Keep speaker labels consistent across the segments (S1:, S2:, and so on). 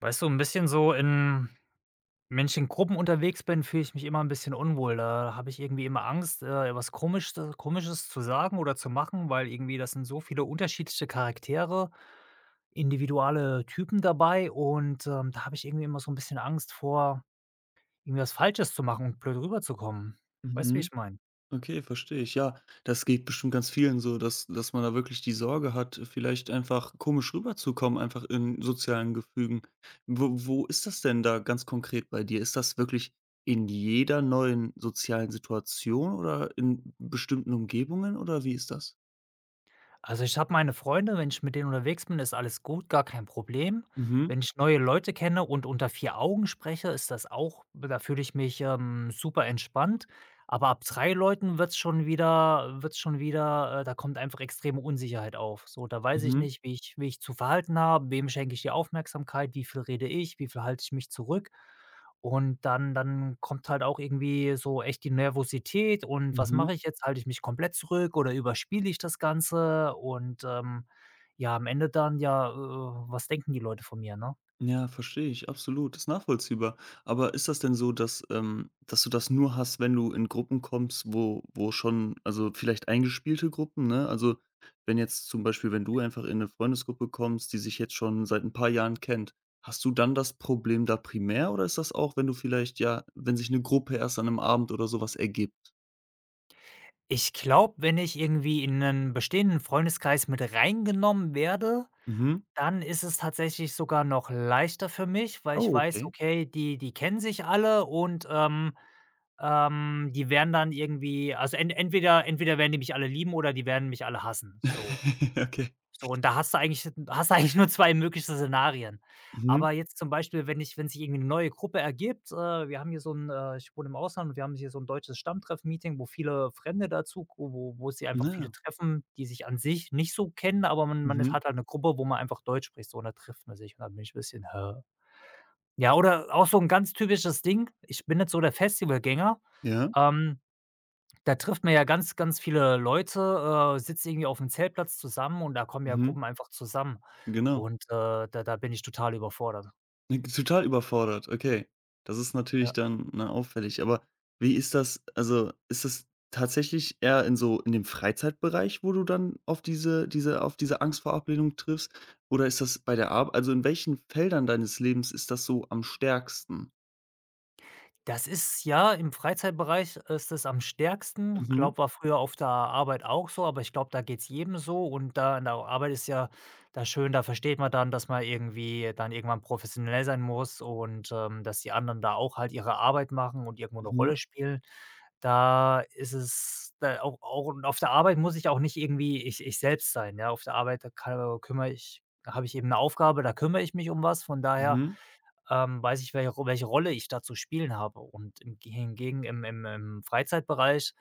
S1: Weißt du, ein bisschen so in Menschengruppen unterwegs bin, fühle ich mich immer ein bisschen unwohl. Da habe ich irgendwie immer Angst, was Komisches zu sagen oder zu machen, weil irgendwie das sind so viele unterschiedliche Charaktere, individuelle Typen dabei und, da habe ich irgendwie immer so ein bisschen Angst vor, irgendwie was Falsches zu machen und blöd rüberzukommen. Weißt du, wie
S2: Mhm.
S1: ich meine?
S2: Okay, verstehe ich. Ja, das geht bestimmt ganz vielen so, dass man da wirklich die Sorge hat, vielleicht einfach komisch rüberzukommen, einfach in sozialen Gefügen. Wo ist das denn da ganz konkret bei dir? Ist das wirklich in jeder neuen sozialen Situation oder in bestimmten Umgebungen oder wie ist das?
S1: Also, ich habe meine Freunde, wenn ich mit denen unterwegs bin, ist alles gut, gar kein Problem.
S2: Mhm,
S1: Wenn ich neue Leute kenne und unter 4 Augen spreche, ist das auch da fühle ich mich, super entspannt. Aber ab 3 Leuten wird's schon wieder, da kommt einfach extreme Unsicherheit auf. So, da weiß ich
S2: mhm,
S1: nicht, wie ich zu verhalten habe, wem schenke ich die Aufmerksamkeit, wie viel rede ich, wie viel halte ich mich zurück. Und dann kommt halt auch irgendwie so echt die Nervosität und was
S2: mhm.
S1: mache ich jetzt? Halte ich mich komplett zurück oder überspiele ich das Ganze? Und, ja, am Ende dann, ja, was denken die Leute von mir, ne?
S2: Ja, verstehe ich, absolut, ist nachvollziehbar. Aber ist das denn so, dass, dass du das nur hast, wenn du in Gruppen kommst, wo schon also, vielleicht eingespielte Gruppen, ne? Also, wenn jetzt zum Beispiel wenn du einfach in eine Freundesgruppe kommst, die sich jetzt schon seit ein paar Jahren kennt, hast du dann das Problem da primär oder ist das auch, wenn du vielleicht ja, wenn sich eine Gruppe erst an 'nem Abend oder sowas ergibt?
S1: Ich glaube, wenn ich irgendwie in einen bestehenden Freundeskreis mit reingenommen werde,
S2: Mhm.
S1: dann ist es tatsächlich sogar noch leichter für mich, weil ich
S2: Oh,
S1: weiß,
S2: okay.
S1: okay, die kennen sich alle und, die werden dann irgendwie also, en entweder werden die mich alle lieben oder die werden mich alle hassen, so.
S2: Okay.
S1: So, und da hast du eigentlich nur 2 mögliche Szenarien.
S2: Mhm.
S1: Aber jetzt zum Beispiel, wenn sich irgendwie eine neue Gruppe ergibt, wir haben hier so ein ich wohne im Ausland und wir haben hier so ein deutsches Stammtreff-Meeting, wo viele Fremde dazu wo wo sie einfach
S2: Na ja.
S1: viele treffen, die sich an sich nicht so kennen, aber man ist
S2: Mhm.
S1: hat halt eine Gruppe, wo man einfach Deutsch spricht, so, und da trifft man sich und dann bin ich ein bisschen: „Hä?“ Ja, oder auch so ein ganz typisches Ding, ich bin jetzt so der Festivalgänger,
S2: Ja.
S1: ähm da trifft man ja ganz, ganz viele Leute, sitzt irgendwie auf'm Zeltplatz zusammen und da kommen ja
S2: Mhm.
S1: Gruppen einfach zusammen.
S2: Genau.
S1: Und, da bin ich total überfordert.
S2: Ne, total überfordert, okay. Das ist natürlich
S1: Ja.
S2: dann, ne, auffällig. Aber wie ist das also, ist das tatsächlich eher in so in dem Freizeitbereich, wo du dann auf diese Angst vor Ablehnung triffst? Oder ist das bei der Arbeit also, in welchen Feldern deines Lebens ist das so am stärksten?
S1: Das ist ja, im Freizeitbereich ist es am stärksten.
S2: Mhm,
S1: Glaube, war früher auf der Arbeit auch so, aber ich glaube, da geht's jedem so und da in der Arbeit ist ja da schön, da versteht man dann, dass man irgendwie dann irgendwann professionell sein muss und, dass die anderen da auch halt ihre Arbeit machen und irgendwo 'ne
S2: mhm,
S1: Rolle spielen. Da ist es da auch und auf der Arbeit muss ich auch nicht irgendwie ich selbst sein, ja? Auf der Arbeit, da habe ich eben eine Aufgabe, da kümmere ich mich um was. Von daher
S2: mhm.
S1: weiß ich, welche Rolle ich da zu spielen habe. Und im ge hingegen im Freizeitbereich,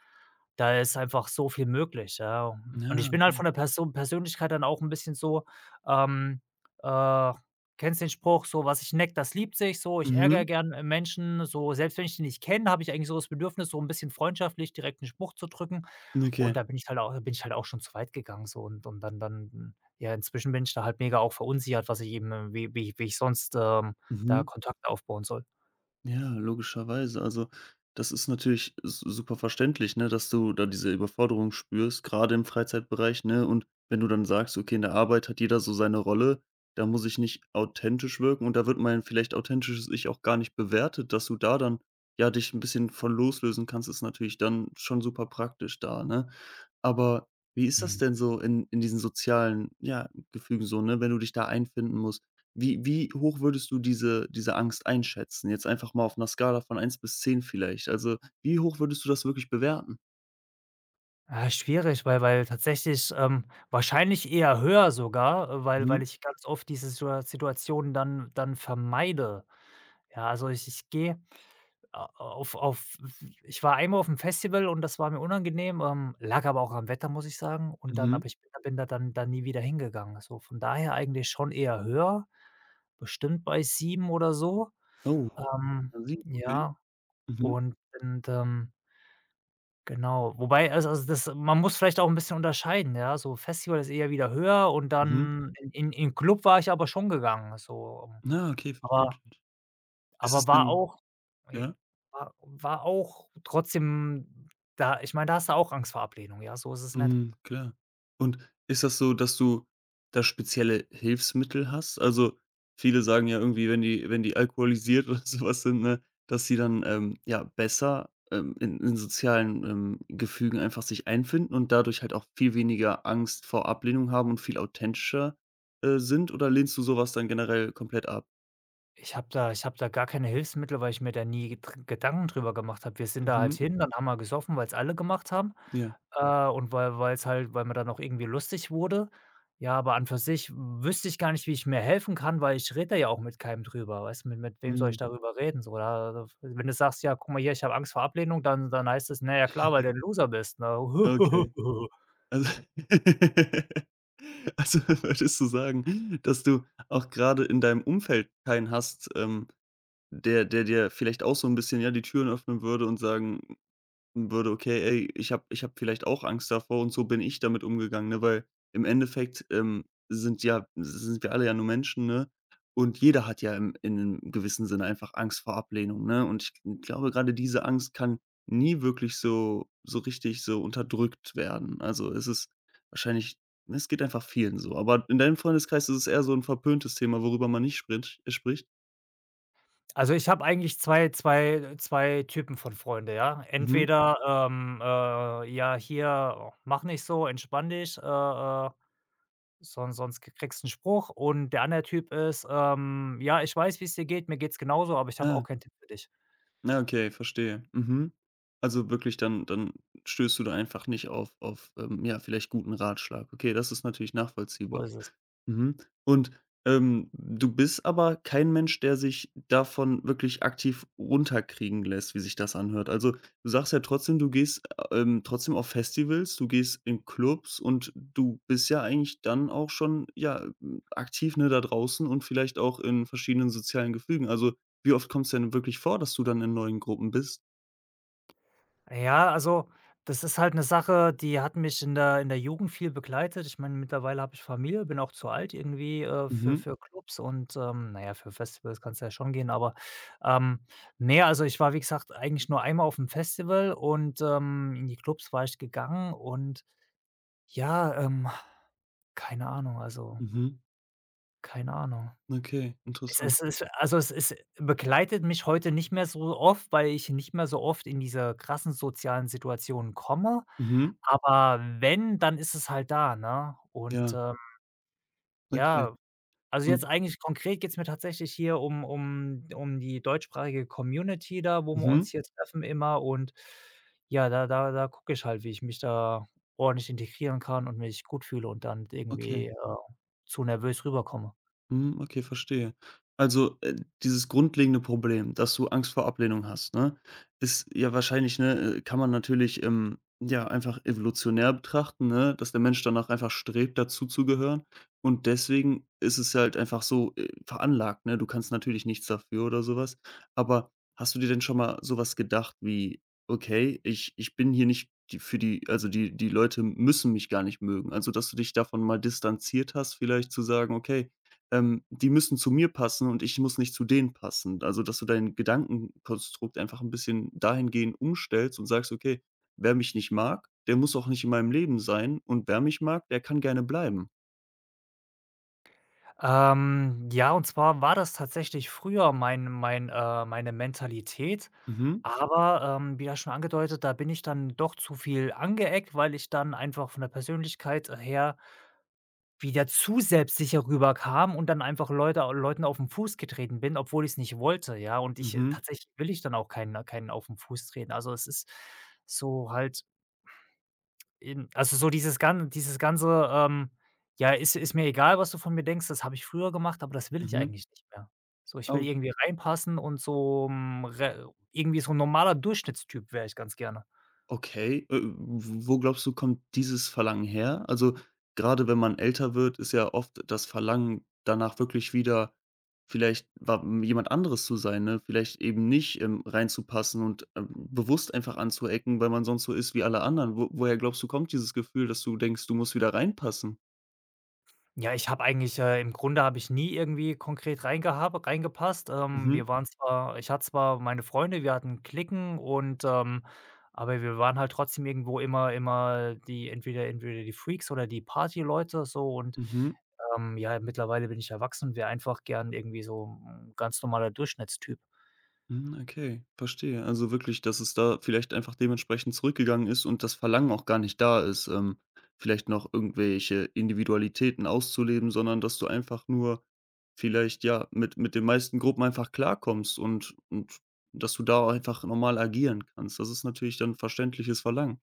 S1: da ist einfach so viel möglich, ja.
S2: Ja,
S1: Und ich bin halt
S2: okay.
S1: von der Person Persönlichkeit dann auch ein bisschen so, ähm, äh kennst den Spruch so: „Was ich neck, das liebt sich“, so. Ich
S2: Mhm,
S1: ärgere gern, Menschen, so. Selbst wenn ich die nicht kenne, habe ich eigentlich so das Bedürfnis, so ein bisschen freundschaftlich direkt 'n Spruch zu drücken. Und
S2: okay.
S1: da bin ich halt au bin ich halt auch schon zu weit gegangen so und dann ja, inzwischen bin ich da halt mega auch verunsichert, was ich eben, äh, wie ich sonst,
S2: Mhm.
S1: da Kontakte aufbauen soll.
S2: Ja, logischerweise. Also, das ist natürlich s super verständlich, ne, dass du da diese Überforderung spürst, gerade im Freizeitbereich, ne? Und wenn du dann sagst: „Okay, in der Arbeit hat jeder so seine Rolle, da muss ich nicht authentisch wirken“ und da wird mein vielleicht authentisches Ich auch gar nicht bewertet, dass du da dann, ja, dich ein bisschen von loslösen kannst, ist natürlich dann schon super praktisch da, ne? Aber wie ist das
S1: Mhm.
S2: denn so in diesen sozialen, ja, Gefügen so, ne, wenn du dich da einfinden musst? Wie hoch würdest du diese Angst einschätzen? Jetzt einfach mal auf einer Skala von eins bis 10 vielleicht. Also, wie hoch würdest du das wirklich bewerten?
S1: Ah, schwierig, weil tatsächlich, wahrscheinlich eher höher sogar, äh, weil
S2: Mhm,
S1: ich ganz oft diese Situationen dann vermeide. Ja, also ich gehe A auf ich war einmal auf dem Festival und das war mir unangenehm, lag aber auch am Wetter, muss ich sagen. Und dann
S2: mhm.
S1: aber ich bin da dann nie wieder hingegangen. So, von daher eigentlich schon eher höher, bestimmt bei 7 oder so.
S2: Oh. An 7, okay. Okay.
S1: Ja,
S2: Mhm,
S1: und und, genau. Wobei, also das man muss vielleicht auch ein bisschen unterscheiden, ja? So Festival ist eher wieder höher und
S2: mhm.
S1: dann in Club war ich aber schon gegangen, so.
S2: Na, okay,
S1: Aber
S2: verständlich. Ist es
S1: Aber war
S2: denn
S1: auch j
S2: ja?
S1: war auch trotzdem da ich meine, da hast du auch Angst vor Ablehnung, ja, so ist es nicht.
S2: Mhm, klar. Und ist das so, dass du da spezielle Hilfsmittel hast? Also, viele sagen ja irgendwie, wenn die alkoholisiert oder sowas sind, ne, dass sie dann, ja, besser, in sozialen, Gefügen einfach sich einfinden und dadurch halt auch viel weniger Angst vor Ablehnung haben und viel authentischer, sind oder lehnst du sowas dann generell komplett ab?
S1: Ich habe da gar keine Hilfsmittel, weil ich mir da nie Gedanken drüber gemacht habe. Wir sind da halt
S2: Mhm,
S1: hin, dann haben wir gesoffen, weil's alle gemacht haben,
S2: ja.
S1: und weil's weil man dann auch irgendwie lustig wurde. Ja, aber an für sich wüsste ich gar nicht, wie ich mir helfen kann, weil ich rede da ja auch mit keinem drüber. Weißt du, mit wem soll
S2: Mhm,
S1: ich darüber reden? So, da da wenn du sagst: „Ja, guck mal hier, ich habe Angst vor Ablehnung“, dann dann heißt es: „Na ja, klar, weil du 'n Loser bist“, ne?
S2: okay. Also also würdest du sagen, dass du auch gerade in deinem Umfeld keinen hast, der dir vielleicht auch so ein bisschen, ja, die Türen öffnen würde und sagen würde, okay, ey, ich habe vielleicht auch Angst davor und so bin ich damit umgegangen, ne? Weil im Endeffekt, sind ja sind wir alle ja nur Menschen, ne? Und jeder hat ja im in 'nem gewissen Sinne einfach Angst vor Ablehnung, ne? Und ich glaube, gerade diese Angst kann nie wirklich so richtig so unterdrückt werden. Also, es ist wahrscheinlich ne, es geht einfach vielen so. Aber in deinem Freundeskreis ist es eher so ein verpöntes Thema, worüber man nicht spricht?
S1: Also, ich habe eigentlich zwei Typen von Freunde, ja.
S2: Mhm.
S1: Entweder, „Ja, hier, mach nicht so, entspann dich, sonst kriegst du einen Spruch.“ Und der andere Typ ist, „Ja, ich weiß, wie es dir geht, mir geht's genauso, aber ich habe auch
S2: Ah.
S1: keinen Tipp für dich.“
S2: Na, okay, verstehe. Mhm. Also wirklich, dann stößt du da einfach nicht auf ja, vielleicht guten Ratschlag. Okay, das ist natürlich
S1: So
S2: nachvollziehbar.
S1: ist es.
S2: Mhm. Und, du bist aber kein Mensch, der sich davon wirklich aktiv runterkriegen lässt, wie sich das anhört. Also, du sagst ja trotzdem, du gehst, trotzdem auf Festivals, du gehst in Clubs und du bist ja eigentlich dann auch schon, ja, hm, aktiv, ne, da draußen und vielleicht auch in verschiedenen sozialen Gefügen. Also, wie oft kommt's denn wirklich vor, dass du dann in neuen Gruppen bist?
S1: Ja, also, das ist halt eine Sache, die hat mich in der Jugend viel begleitet. Ich meine, mittlerweile habe ich Familie, bin auch zu alt irgendwie, für
S2: Mhm,
S1: Clubs und, na ja, für Festivals kannst du ja schon gehen, aber, ähm, ne, also, ich war, wie gesagt, eigentlich nur einmal auf dem Festival und, in die Clubs war ich gegangen und ja, keine Ahnung, also,
S2: mhm.
S1: keine Ahnung.
S2: Okay,
S1: Es
S2: interessant.
S1: es es also, es ist begleitet mich heute nicht mehr so oft, weil ich nicht mehr so oft in diese krassen sozialen Situationen komme.
S2: Mhm.
S1: Aber wenn, dann ist es halt da, ne? Und,
S2: Ja, okay.
S1: ja, also jetzt
S2: Und
S1: eigentlich konkret geht's mir tatsächlich hier um die deutschsprachige Community da, wo wir
S2: mhm,
S1: uns hier treffen immer und ja, da gucke ich halt, wie ich mich da ordentlich integrieren kann und mich gut fühle und dann irgendwie,
S2: okay.
S1: zu nervös rüberkomme.
S2: Mhm, okay, verstehe. Also, dieses grundlegende Problem, dass du Angst vor Ablehnung hast, ne, ist ja wahrscheinlich, ne, kann man natürlich, ja, einfach evolutionär betrachten, ne, dass der Mensch danach einfach strebt, dazuzugehören. Und deswegen ist es halt einfach so, veranlagt, ne? Du kannst natürlich nichts dafür oder sowas. Aber hast du dir denn schon mal sowas gedacht wie: „Okay, ich bin hier nicht die für die also, die Leute müssen mich gar nicht mögen.“ Also, dass du dich davon mal distanziert hast, vielleicht zu sagen: „Okay, die müssen zu mir passen und ich muss nicht zu denen passen. Also, dass du dein Gedankenkonstrukt einfach ein bisschen dahingehend umstellst und sagst: „Okay, wer mich nicht mag, der muss auch nicht in meinem Leben sein und wer mich mag, der kann gerne bleiben.“
S1: Ja, und zwar war das tatsächlich früher mein meine Mentalität.
S2: Mhm,
S1: Aber, wie ja schon angedeutet, da bin ich dann doch zu viel angeeckt, weil ich dann einfach von der Persönlichkeit her wieder zu selbstsicher rüberkam und dann einfach Leuten auf den Fuß getreten bin, obwohl ich es nicht wollte, ja? Und ich
S2: mhm,
S1: tatsächlich will ich dann auch keinen auf den Fuß treten. Also, es ist so halt Eben, also so dieses ganze, „Ja, ist mir egal, was du von mir denkst, das habe ich früher gemacht, aber das will ich
S2: mhm.
S1: eigentlich nicht mehr.“ So, ich
S2: Ah,
S1: will irgendwie reinpassen und so, hm, re irgendwie so 'n normaler Durchschnittstyp wäre ich ganz gerne.
S2: okay, wo glaubst du, kommt dieses Verlangen her? Also, gerade wenn man älter wird, ist ja oft das Verlangen danach wirklich wieder vielleicht wa jemand anderes zu sein, ne? Vielleicht eben nicht, reinzupassen und, bewusst einfach anzuecken, weil man sonst so ist wie alle anderen. Wo Woher glaubst du, kommt dieses Gefühl, dass du denkst, du musst wieder reinpassen?
S1: Ja, ich habe eigentlich im Grunde habe ich nie irgendwie konkret reingehabe reingepasst.
S2: Mhm,
S1: Wir waren zwar ich hatte zwar meine Freunde, wir hatten Cliquen und, aber wir waren halt trotzdem irgendwo immer die entweder die Freaks oder die Partyleute so und,
S2: mhm.
S1: ja, mittlerweile bin ich erwachsen und wäre einfach gern irgendwie so 'n ganz normaler Durchschnittstyp.
S2: Hm, okay, verstehe. Also wirklich, dass es da vielleicht einfach dementsprechend zurückgegangen ist und das Verlangen auch gar nicht da ist, vielleicht noch irgendwelche Individualitäten auszuleben, sondern dass du einfach nur vielleicht, ja, mit den meisten Gruppen einfach klarkommst und dass du da auch einfach normal agieren kannst. Das ist natürlich dann verständliches Verlangen.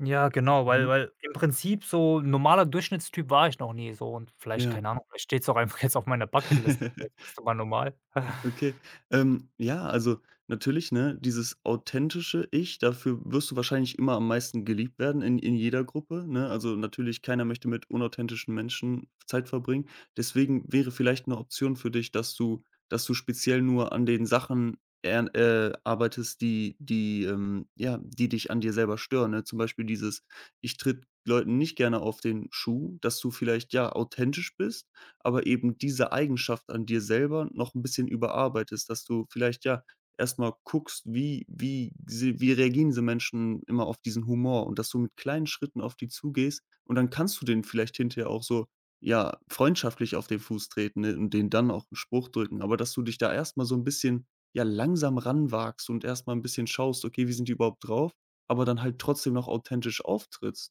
S1: Ja, genau,
S2: Mhm.
S1: weil im Prinzip so 'n normaler Durchschnittstyp war ich noch nie so und vielleicht,
S2: Ja.
S1: keine Ahnung, vielleicht steht's auch einfach jetzt auf meiner Bucketliste, so: „Jetzt bist du mal normal.“
S2: Okay. Ja, also natürlich, ne, dieses authentische Ich, dafür wirst du wahrscheinlich immer am meisten geliebt werden in, jeder Gruppe, ne? Also natürlich, keiner möchte mit unauthentischen Menschen Zeit verbringen. Deswegen wäre vielleicht eine Option für dich, dass du speziell nur an den Sachen arbeitest, die dich an dir selber stören. Ne? Zum Beispiel dieses, ich tritt Leuten nicht gerne auf den Schuh, dass du vielleicht ja authentisch bist aber eben diese Eigenschaft an dir selber noch ein bisschen überarbeitest, dass du vielleicht, ja, erstmal guckst, wie reagieren diese Menschen immer auf diesen Humor und dass du mit kleinen Schritten auf die zugehst und dann kannst du denen vielleicht hinterher auch so, ja, freundschaftlich auf den Fuß treten, ne, und denen dann auch einen Spruch drücken, aber dass du dich da erstmal so ein bisschen, ja, langsam ranwagst und erstmal ein bisschen schaust: „Okay, wie sind die überhaupt drauf?“, aber dann halt trotzdem noch authentisch auftrittst.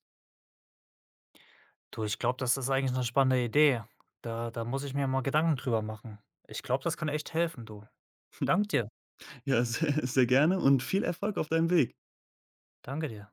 S1: Du, ich glaube, das ist eigentlich eine spannende Idee. Da muss ich mir mal Gedanken drüber machen. Ich glaube, das kann echt helfen, du. Danke dir.
S2: Ja, sehr sehr gerne und viel Erfolg auf deinem Weg.
S1: Danke dir.